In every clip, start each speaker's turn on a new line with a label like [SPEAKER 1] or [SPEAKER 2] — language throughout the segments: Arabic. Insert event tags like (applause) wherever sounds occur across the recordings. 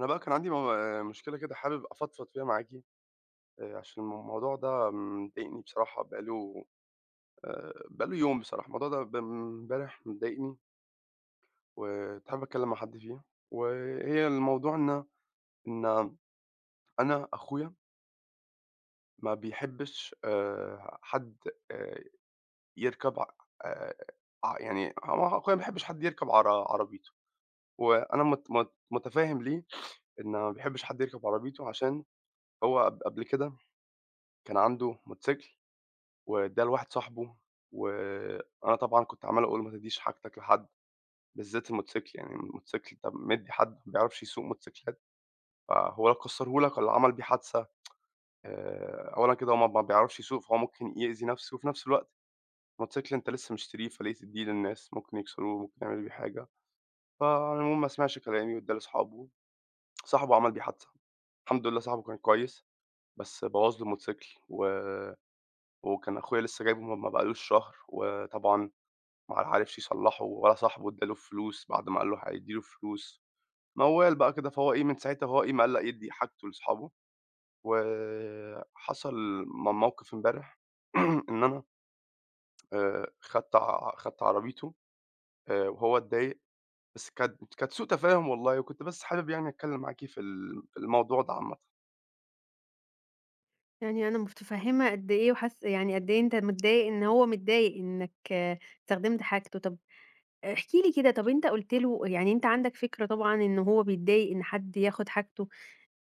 [SPEAKER 1] أنا بقى كان عندي مو مشكلة كده حابب أفضفض فيها معاكِ. عشان الموضوع ده مضايقني بصراحة، بقى له يوم بصراحة، الموضوع ده من امبارح مضايقني، وكنت حابب أتكلّم مع حد فيه. وهي الموضوع إن أنا أخويا ما بيحبّش حد آآ يركب ع آآ ع يعني هو أخويا ما بيحبّش حد يركب عربيته. وأنا مت مت متفهّم ليه إن ما بيحبّش حد يركب عربيته، عشان هو قبل كده كان عنده موتوسيكل وادّاها لواحد صاحبه، وأنا طبعًا كنت عمّال أقول له: "ما تدّيش حاجتك لحد." بالذات الموتوسيكل، يعني الموتوسيكل أنت مدّي حد ما بيعرفش يسوق موتوسيكلات، فهو لا كسّره لك والّا عمل بيه حادثة. أولًا كده هو ما بيعرفش يسوق، فهو ممكن يأذي نَفْسه، وفي نَفْس الوقت الموتوسيكل أنت لسه مشتريه، فليه تدّيه للناس؟ ممكن يكسروه، ممكن يعملوا بيه حاجة. فالمهم ما سمعش كلامي وادّاه لصاحبه، صاحبه عمل بيه حادثة. الحمد لله صاحبه كان كويس، بس بوّظ له الموتوسيكل، و وكان أخويا لسه جايبه ما بقالوش شهر، وطبعًا ما عرفش يصلّحه، ولا صاحبه ادّى له فلوس بعد ما قال له هيدّي له فلوس. موال بقى كده، فهو إيه من ساعتها وهو إيه مقلّق يدّي حاجته لاصحابه. وحصل موقف امبارح (clears throat) إن أنا خدت عربيته، وهو اتضايق، بس كانت سوء تفاهم والله، وكنت بس حابب يعني أتكلّم معاكِ في في الموضوع ده عامةً.
[SPEAKER 2] يعني أنا متفهّمة قد إيه وحاسة يعني قد إيه أنت متضايق إن هو متضايق إنك استخدمت حاجته. طب احكِ لي كده، طب أنت قُلت له يعني أنت عندك فكرة طبعًا إن هو بيتضايق إن حد ياخد حاجته،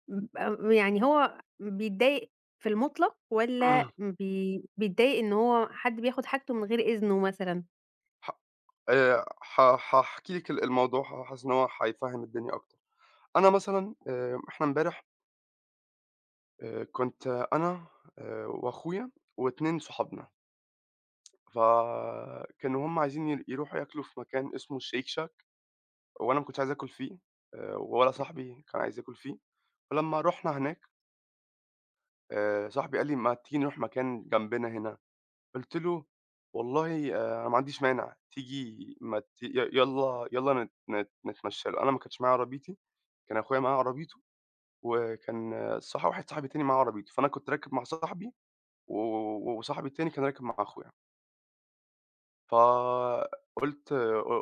[SPEAKER 2] يعني هو بيتضايق في المطلق والّا
[SPEAKER 1] (clears throat)
[SPEAKER 2] بيتضايق إن هو حد بياخد حاجته من غير إذنه مثلًا؟
[SPEAKER 1] ح ح هاحكي لِك الموضوع، حاسس إن هو هيفهّم الدنيا أكتر. أنا مثلًا إحنا امبارح، كنت أنا وأخويا و2 صحابنا، فكانوا هُم عايزين يروحوا ياكلوا في مكان اسمه الشيك شاك، وأنا ما كنتش عايز آكل فيه، ولا صاحبي كان عايز ياكل فيه. فلمّا رُحنا هناك، صاحبي قال لي: "ما تيجي نروح مكان جنبنا هنا." قُلت له: "والله أنا ما عنديش مانع، تيجي ما ت ي يالّا يالّا نت نت نتمشى له." أنا ما كانش معايا عربيتي، كان أخويا معاه عربيته، وكان آه، صح، واحد صاحبي تاني معاه عربيته، فأنا كنت راكب مع صاحبي، و و وصاحبي التاني كان راكب مع أخويا. فقُلت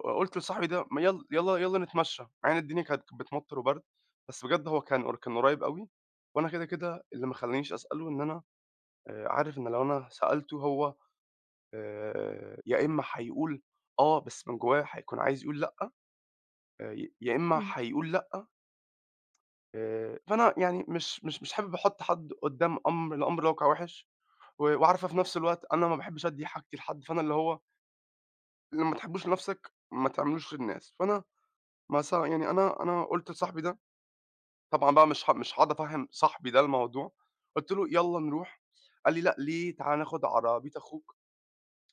[SPEAKER 1] ق قُلت لصاحبي ده ما يل يالّا يالّا نتمشى، مع إن الدنيا كانت بتمطّر وبرد، بس بجد هو كان كان قريب أوي. وأنا كده، كده اللي ما خلّانيش أسأله إن أنا عارف إن لو أنا سألته هو يا إمّا هيقول آه، بس من جوّاه هيكون عايز يقول لأ، ي يا إمّا
[SPEAKER 2] إمم،
[SPEAKER 1] هيقول لأ. فأنا يعني مش حابب أحُط حد قدّام الأمر الواقع وِحِش، وعارفة في نفس الوقت أنا ما باحبش أدّي حاجتي لحد، فأنا اللي هو لمّا تحبّوش لنَفْسك ما تعملوش للناس. فأنا ما صا يعني أنا قُلت لصاحبي ده، طبعًا بقى مش هاقعد أفهّم صاحبي ده الموضوع، قُلت له: "يالّا نروح." قال لي: "لأ ليه، تعالَ ناخُد عربيّة أخوك."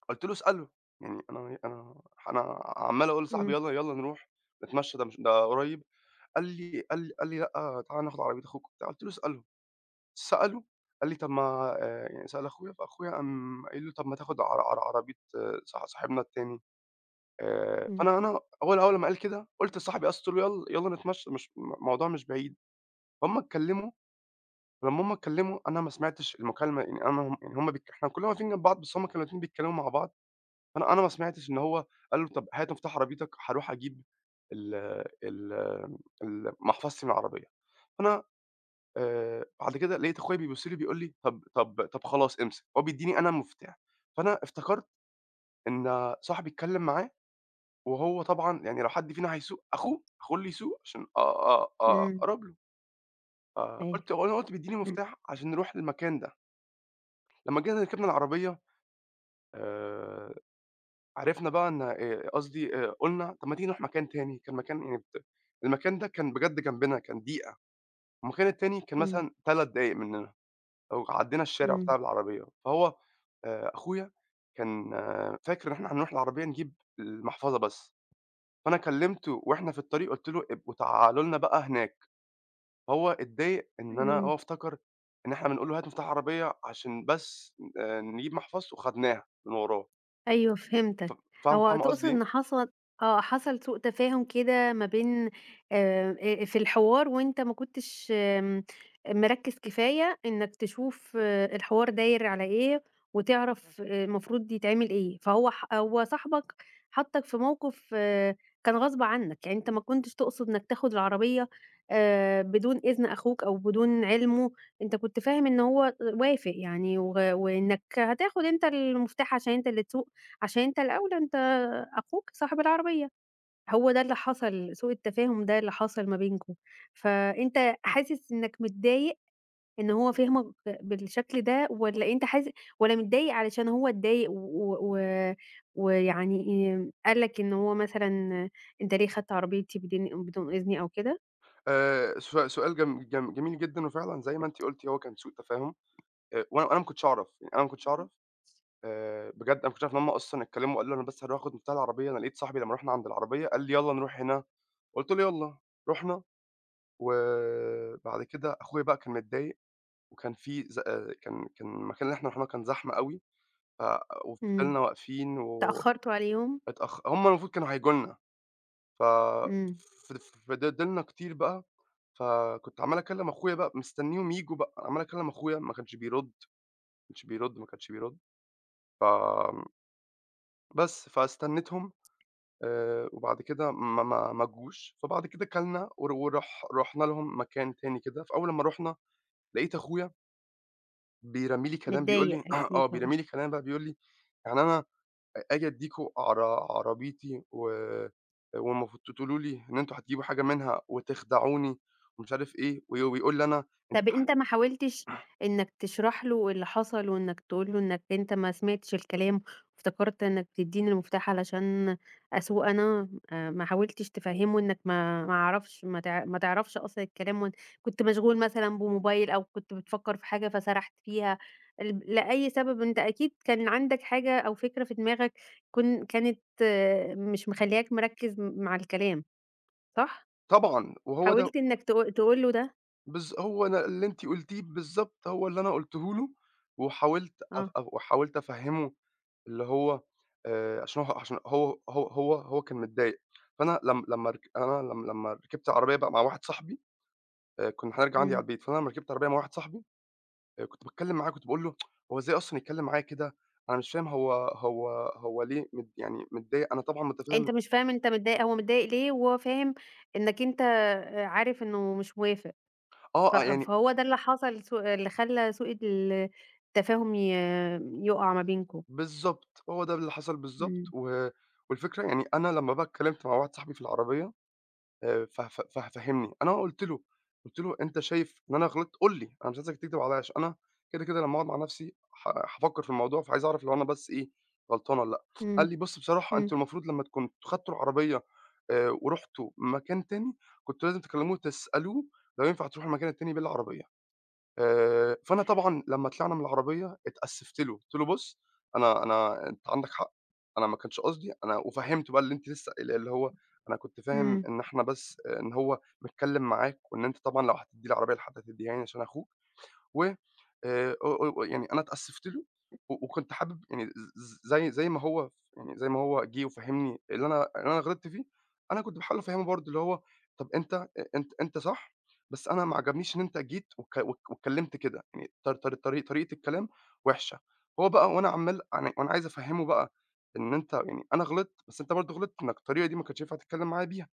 [SPEAKER 1] قُلت له: "اسأله." يعني أنا عمّال أقول لصاحبي
[SPEAKER 2] إمم،
[SPEAKER 1] يالّا، يالّا نروح نتمشّى ده مش، ده قريّب. قال لي: "لأ تعالَ ناخُد عربيّة أخوك." وبتاع، قُلت له: "اسأله." سأله، قال لي: "طَب ما" يعني سأل أخويا، فأخويا قام قايل له: "طَب ما تاخُد ع ع عربيّة آه، صاحبنا التاني."
[SPEAKER 2] إمم،
[SPEAKER 1] فأنا أنا أول أول لمّا قال كده، قُلت لصاحبي قُلت له: "يالّا نتمشى، مش م الموضوع مش بعيد." هُم اتكلموا، ولمّا هُم اتكلموا أنا ما سمعتش المكالمة، يعني أنا هم يعني هُم إحنا كلنا واقفين جنب بعض، بس هُم كانوا الاتنين بيتكلموا مع بعض. فأنا ما سمعتش إن هو قال له: "طب هات مفتاح عربيتك، هاروح أجيب ال ال ال محفظتي من العربية." فأنا بعد كده لقيت أخويا بيبُص لي بيقول لي: "طب خلاص امسك." هو بيدّيني أنا المفتاح، فأنا افتكرت إن صاحبي اتكلم معاه، وهو طبعًا يعني لو حد فينا هيسوق أخوه، أخوه اللي يسوق عشان أ أ أ
[SPEAKER 2] إمم،
[SPEAKER 1] أقرب له.
[SPEAKER 2] أيوه،
[SPEAKER 1] فقُلت وأنا قُلت بيدّيني
[SPEAKER 2] إمم،
[SPEAKER 1] مفتاح عشان نروح للمكان ده. لمّا جينا ركبنا العربية، آآ، عرفنا بقى إن قصدي قُلنا طَب ما تيجي نروح مكان تاني، كان مكان يعني المكان ده كان بجد جنبنا، كان دقيقة، والمكان التاني كان مثلًا 3 دقايق مننا لو عدّينا الشارع
[SPEAKER 2] إمم،
[SPEAKER 1] وبتاع بالعربية. فهو أخويا كان آه، فاكر إن إحنا هنروح العربية نجيب المحفظة بس. فأنا كلمته وإحنا في الطريق قُلت له: "ابقوا تعالوا لنا بقى هناك." هو اتضايق إن أنا،
[SPEAKER 2] إمم.
[SPEAKER 1] هو افتكر إن إحنا بنقول له: "هات مفتاح العربية عشان بس نجيب محفظته." وخدناها من وراه.
[SPEAKER 2] أيوه
[SPEAKER 1] ف
[SPEAKER 2] فهمتك،
[SPEAKER 1] فاهم
[SPEAKER 2] هو
[SPEAKER 1] فاهمة
[SPEAKER 2] تقصد
[SPEAKER 1] قصدي إيه؟
[SPEAKER 2] إن حصل سوء تفاهم كده ما بين في الحوار وأنت ما كنتش مركّز كفاية إنك تشوف الحوار داير على إيه، وتعرف المفروض يتعمل إيه، فهو ح هو صاحبك حطّك في موقف كان غصب عنك، يعني أنت ما كنتش تقصد إنك تاخد العربية بدون إذن أخوك أو بدون علمه، أنت كنت فاهم إن هو وافق يعني وإنك هتاخد أنت المفتاح عشان أنت اللي تسوق. عشان أنت الأولى أنت أخوك صاحب العربية، هو ده اللي حصل، سوء التفاهم ده اللي حصل ما بينكم، فأنت حاسس إنك متضايق إن هو فهمك بالشكل ده، والّا أنت حاس والّا متضايق علشان هو اتضايق ويعني ويعني قال لك إن هو مثلًا أنت ليه خدت عربيتي بدون إذني أو كده؟
[SPEAKER 1] سو سؤال جم جم جميل جدًا، وفعلًا زي ما أنتِ قُلتِ هو كان سوء تفاهم. وأنا ما كنتش أعرف، يعني أنا ما كنتش أعرف، بجد أنا ما كنتش أعرف إن هم أصلًا اتكلموا وقالوا له: "أنا بس هاروح آخد مفتاح العربية." أنا لقيت صاحبي لمّا رُحنا عند العربية قال لي: "يالّا نروح هنا." قُلت له: "يالّا." رُحنا. وبعد كده أخويا بقى كان متضايق، وكان في ز كان كان المكان اللي إحنا رُحناه كان زحمة أوي. ف
[SPEAKER 2] إمم،
[SPEAKER 1] وفضلنا واقفين.
[SPEAKER 2] اتأخرتوا عليهم؟
[SPEAKER 1] هم المفروض كانوا هييجوا لنا. ف
[SPEAKER 2] إمم،
[SPEAKER 1] ف فضلنا كتير بقى، فكنت عمّال أكلّم أخويا بقى، مستنيهم ييجوا بقى، عمّال أكلّم أخويا، ما كانش بيرُد، ما كانش بيرُد، ما كانش بيرُد، فبس، فاستنيتهم. وبعد كده ما جوش، فبعد كده كَلنا ور ورُح رُحنا لهم مكان تاني كده. فأول لمّا رُحنا لقيت أخويا بيرمّي لي كلام بيقول
[SPEAKER 2] متضايق
[SPEAKER 1] لي (clears throat)
[SPEAKER 2] أكيد
[SPEAKER 1] آه،
[SPEAKER 2] طبعًا.
[SPEAKER 1] بيرمّي لي كلام بقى بيقول لي يعني أنا آجي أدّيكم عربيتي، و والمفروض تقولوا لي إن أنتم هتجيبوا حاجة منها وتخدعوني ومش عارف إيه. ويقول لي أنا، أنت
[SPEAKER 2] طب
[SPEAKER 1] ح
[SPEAKER 2] أنت ما حاولتش إنك تشرح له اللي حصل، وإنك تقول له إنك أنت ما سمعتش الكلام، وافتكرت إنك تدّيني المفتاح علشان أسوق أنا، ما حاولتش تفهّمه إنك ما أعرفش ما تعرفش أصلًا الكلام كنت مشغول مثلًا بموبايل أو كنت بتفكّر في حاجة فسرحت فيها، لأي سبب أنت أكيد كان عندك حاجة أو فكرة في دماغك كانت مش مخلّياك مركّز مع الكلام، صح؟
[SPEAKER 1] طبعًا، وهو ده.
[SPEAKER 2] حاولت إنك تقول له ده؟
[SPEAKER 1] هو أنا اللي أنتِ قُلتيه بالضبط هو اللي أنا قُلته له، وحاولت أف
[SPEAKER 2] آه،
[SPEAKER 1] أف وحاولت أفهّمه اللي هو عشان هو، عشان هو كان متضايق. فأنا لم لمّا رك أنا لم لمّا ركبت عربية بقى مع واحد صاحبي، كنا هنرجع عندي على
[SPEAKER 2] إمم.
[SPEAKER 1] البيت. فأنا لمّا ركبت عربية مع واحد صاحبي، كنت باتكلّم معاه، كنت باقول له: "هو إزاي أصلًا يتكلّم معايا كده؟ أنا مش فاهم هو ليه يعني متضايق؟" أنا طبعًا
[SPEAKER 2] أنت
[SPEAKER 1] متفهم.
[SPEAKER 2] مش فاهم أنت متضايق هو متضايق ليه، وهو فاهم إنّك أنت عارف إنه مش موافق، ف
[SPEAKER 1] يعني
[SPEAKER 2] فهو ده اللي حصل سوء اللي خلّى سوء التفاهم يُقع ما بينكم.
[SPEAKER 1] بالضبط، هو ده اللي حصل بالضبط.
[SPEAKER 2] إمم،
[SPEAKER 1] و والفكرة يعني أنا لمّا بقى اتكلّمت مع واحد صاحبي في العربية، ف ف ف فهِّمني، أنا قُلت له، قُلت له: "أنت شايف إن أنا غلطت قُل لي، أنا مش عايزك تكدب عليَّ عشان أنا كده، كده لمّا أقعد مع نفسي ح هافكّر في الموضوع، فعايز أعرف لو أنا بس إيه، غلطان والّا لأ." قال
[SPEAKER 2] إمم،
[SPEAKER 1] لي: "بُص بصراحة
[SPEAKER 2] إمم،
[SPEAKER 1] أنتم المفروض لمّا تكونوا خدتوا العربية ورُحتوا مكان تاني، كنتوا لازم تكلموه وتسألوه لو ينفع تروحوا المكان التاني بالعربية." فأنا طبعًا لمّا طلعنا من العربية اتأسفت له، قُلت له: "بُص أنا أنا أنت عندك حق، أنا ما كانش قصدي." أنا وفهّمته بقى اللي أنت لسه قايلاه، اللي هو أنا كنت فاهم
[SPEAKER 2] إمم،
[SPEAKER 1] إن إحنا بس، إن هو متكلّم معاك، وإن أنت طبعًا لو هتدّي العربية لحد هتدّيها يعني عشان أخوك. و أ أ يعني أنا اتأسفت له، وكنت حابب يعني ز ز زي زي ما هو يعني زي ما هو جِه وفهّمني اللي أنا غلطت فيه، أنا كنت باحاول أفهّمه برضه اللي هو طَب أنت أنت صح، بس أنا ما عجبنيش إن أنت جيت واتكلّمت كده، يعني طر طر طري طريقة الكلام وِحشة. هو بقى وأنا عمّال، أنا وأنا عايز أفهّمه بقى إن أنت يعني أنا غلطت، بس أنت برضه غلطت إنك الطريقة دي ما كانش ينفع تتكلّم معايا بيها.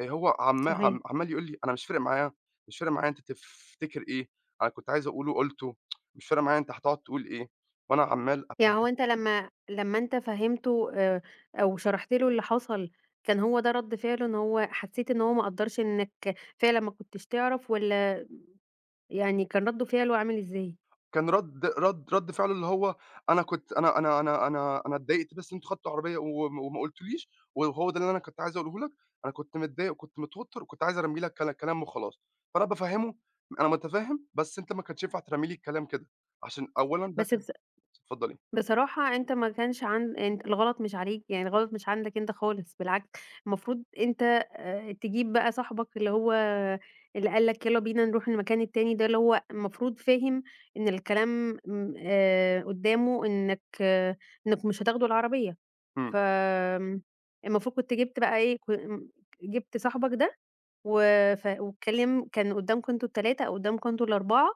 [SPEAKER 1] هو عما
[SPEAKER 2] صحيح.
[SPEAKER 1] عم عمّال يقول لي: "أنا مش فارق معايا، مش فارق معايا أنت تفتكر إيه، أنا كنت عايز أقوله قُلته، مش فارق معايا أنت هتقعد تقول إيه." وأنا عمّال
[SPEAKER 2] يعني هو
[SPEAKER 1] أفهّمه.
[SPEAKER 2] أنت لمّا أنت فهّمته أو شرحت له اللي حصل، كان هو ده رَد فعله إن هو حسّيت إن هو ما قدّرش إنّك فعلًا ما كنتش تعرف والّا يعني كان رَد فعله عامل إزاي؟
[SPEAKER 1] كان رَد فعله اللي هو: "أنا كنت أنا أنا أنا أنا أنا اتضايقت بس أنتم خدتوا عربية وما قُلتوليش، وهو ده اللي أنا كنت عايز أقوله لك، أنا كنت متضايق وكنت متوتّر وكنت عايز أرمي لك كلام وخلاص." فأنا بافهّمه: "أنا متفهّم، بس أنت ما كانش ينفع ترمي لي الكلام كده، عشان أولًا ده
[SPEAKER 2] بس
[SPEAKER 1] كان" اتفضّلي.
[SPEAKER 2] بصراحة أنت ما كانش أنت الغلط مش عليك، يعني الغلط مش عندك أنت خالص، بالعكس المفروض أنت تجيب بقى صاحبك اللي هو اللي قال لك يالّا بينا نروح المكان التاني ده، اللي هو المفروض فاهم إن الكلام م قدّامه إنكم مش هتاخدوا العربية،
[SPEAKER 1] إمم.
[SPEAKER 2] ف آمم المفروض كنت جِبت بقى إيه ك م جِبت صاحبك ده و ف والكلام كان قدّامكم أنتم ال3 أو قدّامكم أنتم ال4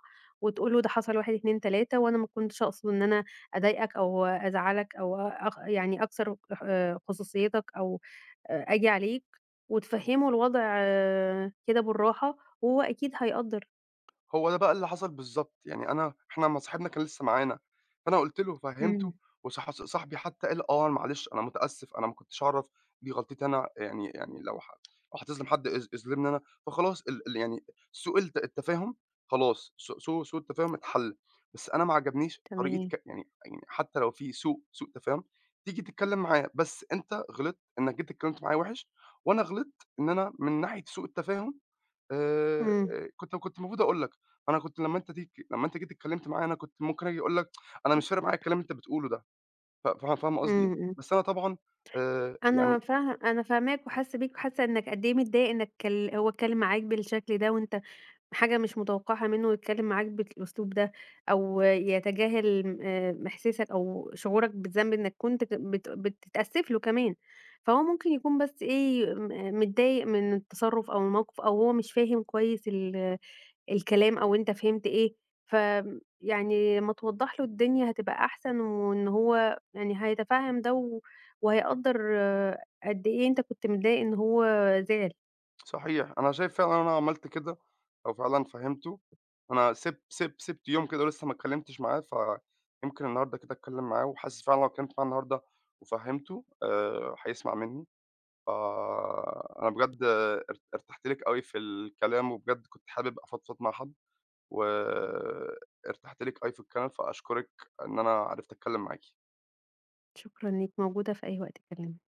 [SPEAKER 2] وتقولوا ده حصل 1، 2، 3 وأنا ما كنتش أقصد إن أنا أضايقك أو أزعّلك أو يعني أكسر خصوصيتك أو آجي عليك، وتفهّموا الوضع كده بالراحة وهو أكيد هيقدّر.
[SPEAKER 1] هو ده بقى اللي حصل بالضبط، يعني أنا، إحنا ما صاحبنا كان لسه معانا، فأنا قُلت له
[SPEAKER 2] إمم،
[SPEAKER 1] وفهّمته، صاحبي حتى قال: "آه معلش أنا متأسف، أنا ما كنتش أعرف، دي غلطتي أنا." يعني يعني لو هتظلم حد اظلمني أنا. فخلاص ال ال يعني سوء التفاهم خلاص، سوء التفاهم اتحل، بس أنا ما عجبنيش طريقة،
[SPEAKER 2] تمام.
[SPEAKER 1] ك يعني يعني حتى لو في سوء تفاهم تيجي تتكلم معاه، بس أنت غلطت إنك جيت اتكلمت معايا وِحِش، وأنا غلطت إن أنا من ناحية سوء التفاهم آآ
[SPEAKER 2] إمم،
[SPEAKER 1] كنت، كنت المفروض أقول لك. أنا كنت لمّا أنت تيجي، لمّا أنت جيت اتكلمت معايا أنا كنت ممكن آجي أقول لك أنا مش فارق معايا الكلام اللي أنت بتقوله ده. ف فا فاهم قصدي إيه؟
[SPEAKER 2] إمم، إمم.
[SPEAKER 1] بس أنا طبعًا يعني
[SPEAKER 2] أنا فاهماك وحاسّة بيك وحاسّة إنّك قد إيه متضايق إنّك هو اتكلّم معاك بالشكل ده وأنت حاجة مش متوقعها منه ويتكلم معاك بالأسلوب ده، أو يتجاهل م إحساسك أو شعورك بالذنب إنك كنت ك بت بتتأسف له كمان، فهو ممكن يكون بس إيه م متضايق من التصرف أو الموقف أو هو مش فاهم كويس الكلام أو أنت فهمت إيه، يعني لمّا توضّح له الدنيا هتبقى أحسن، وإن هو يعني هيتفهم ده وهيقدّر قد إيه أنت كنت متضايق إن هو زعل.
[SPEAKER 1] صحيح، أنا شايف فعلًا إن أنا عملت كده أو فعلًا فهمته. أنا سِبت يوم كده ولسه ما اتكلمتش معاه، فيمكن النهارده كده أتكلم معاه، وحاسس فعلًا لو اتكلمت معاه النهارده وفهمته هيسمع منّي. فأنا بجد ارتحت لك أوي في الكلام، وبجد كنت حابب أفضفض مع حد. وارتحت لِك أوي في الكلام، فأشكرِك إن أنا عرفت أتكلّم معاكِ.
[SPEAKER 2] شكرًا ليك، موجودة في أي وقت تكلمني.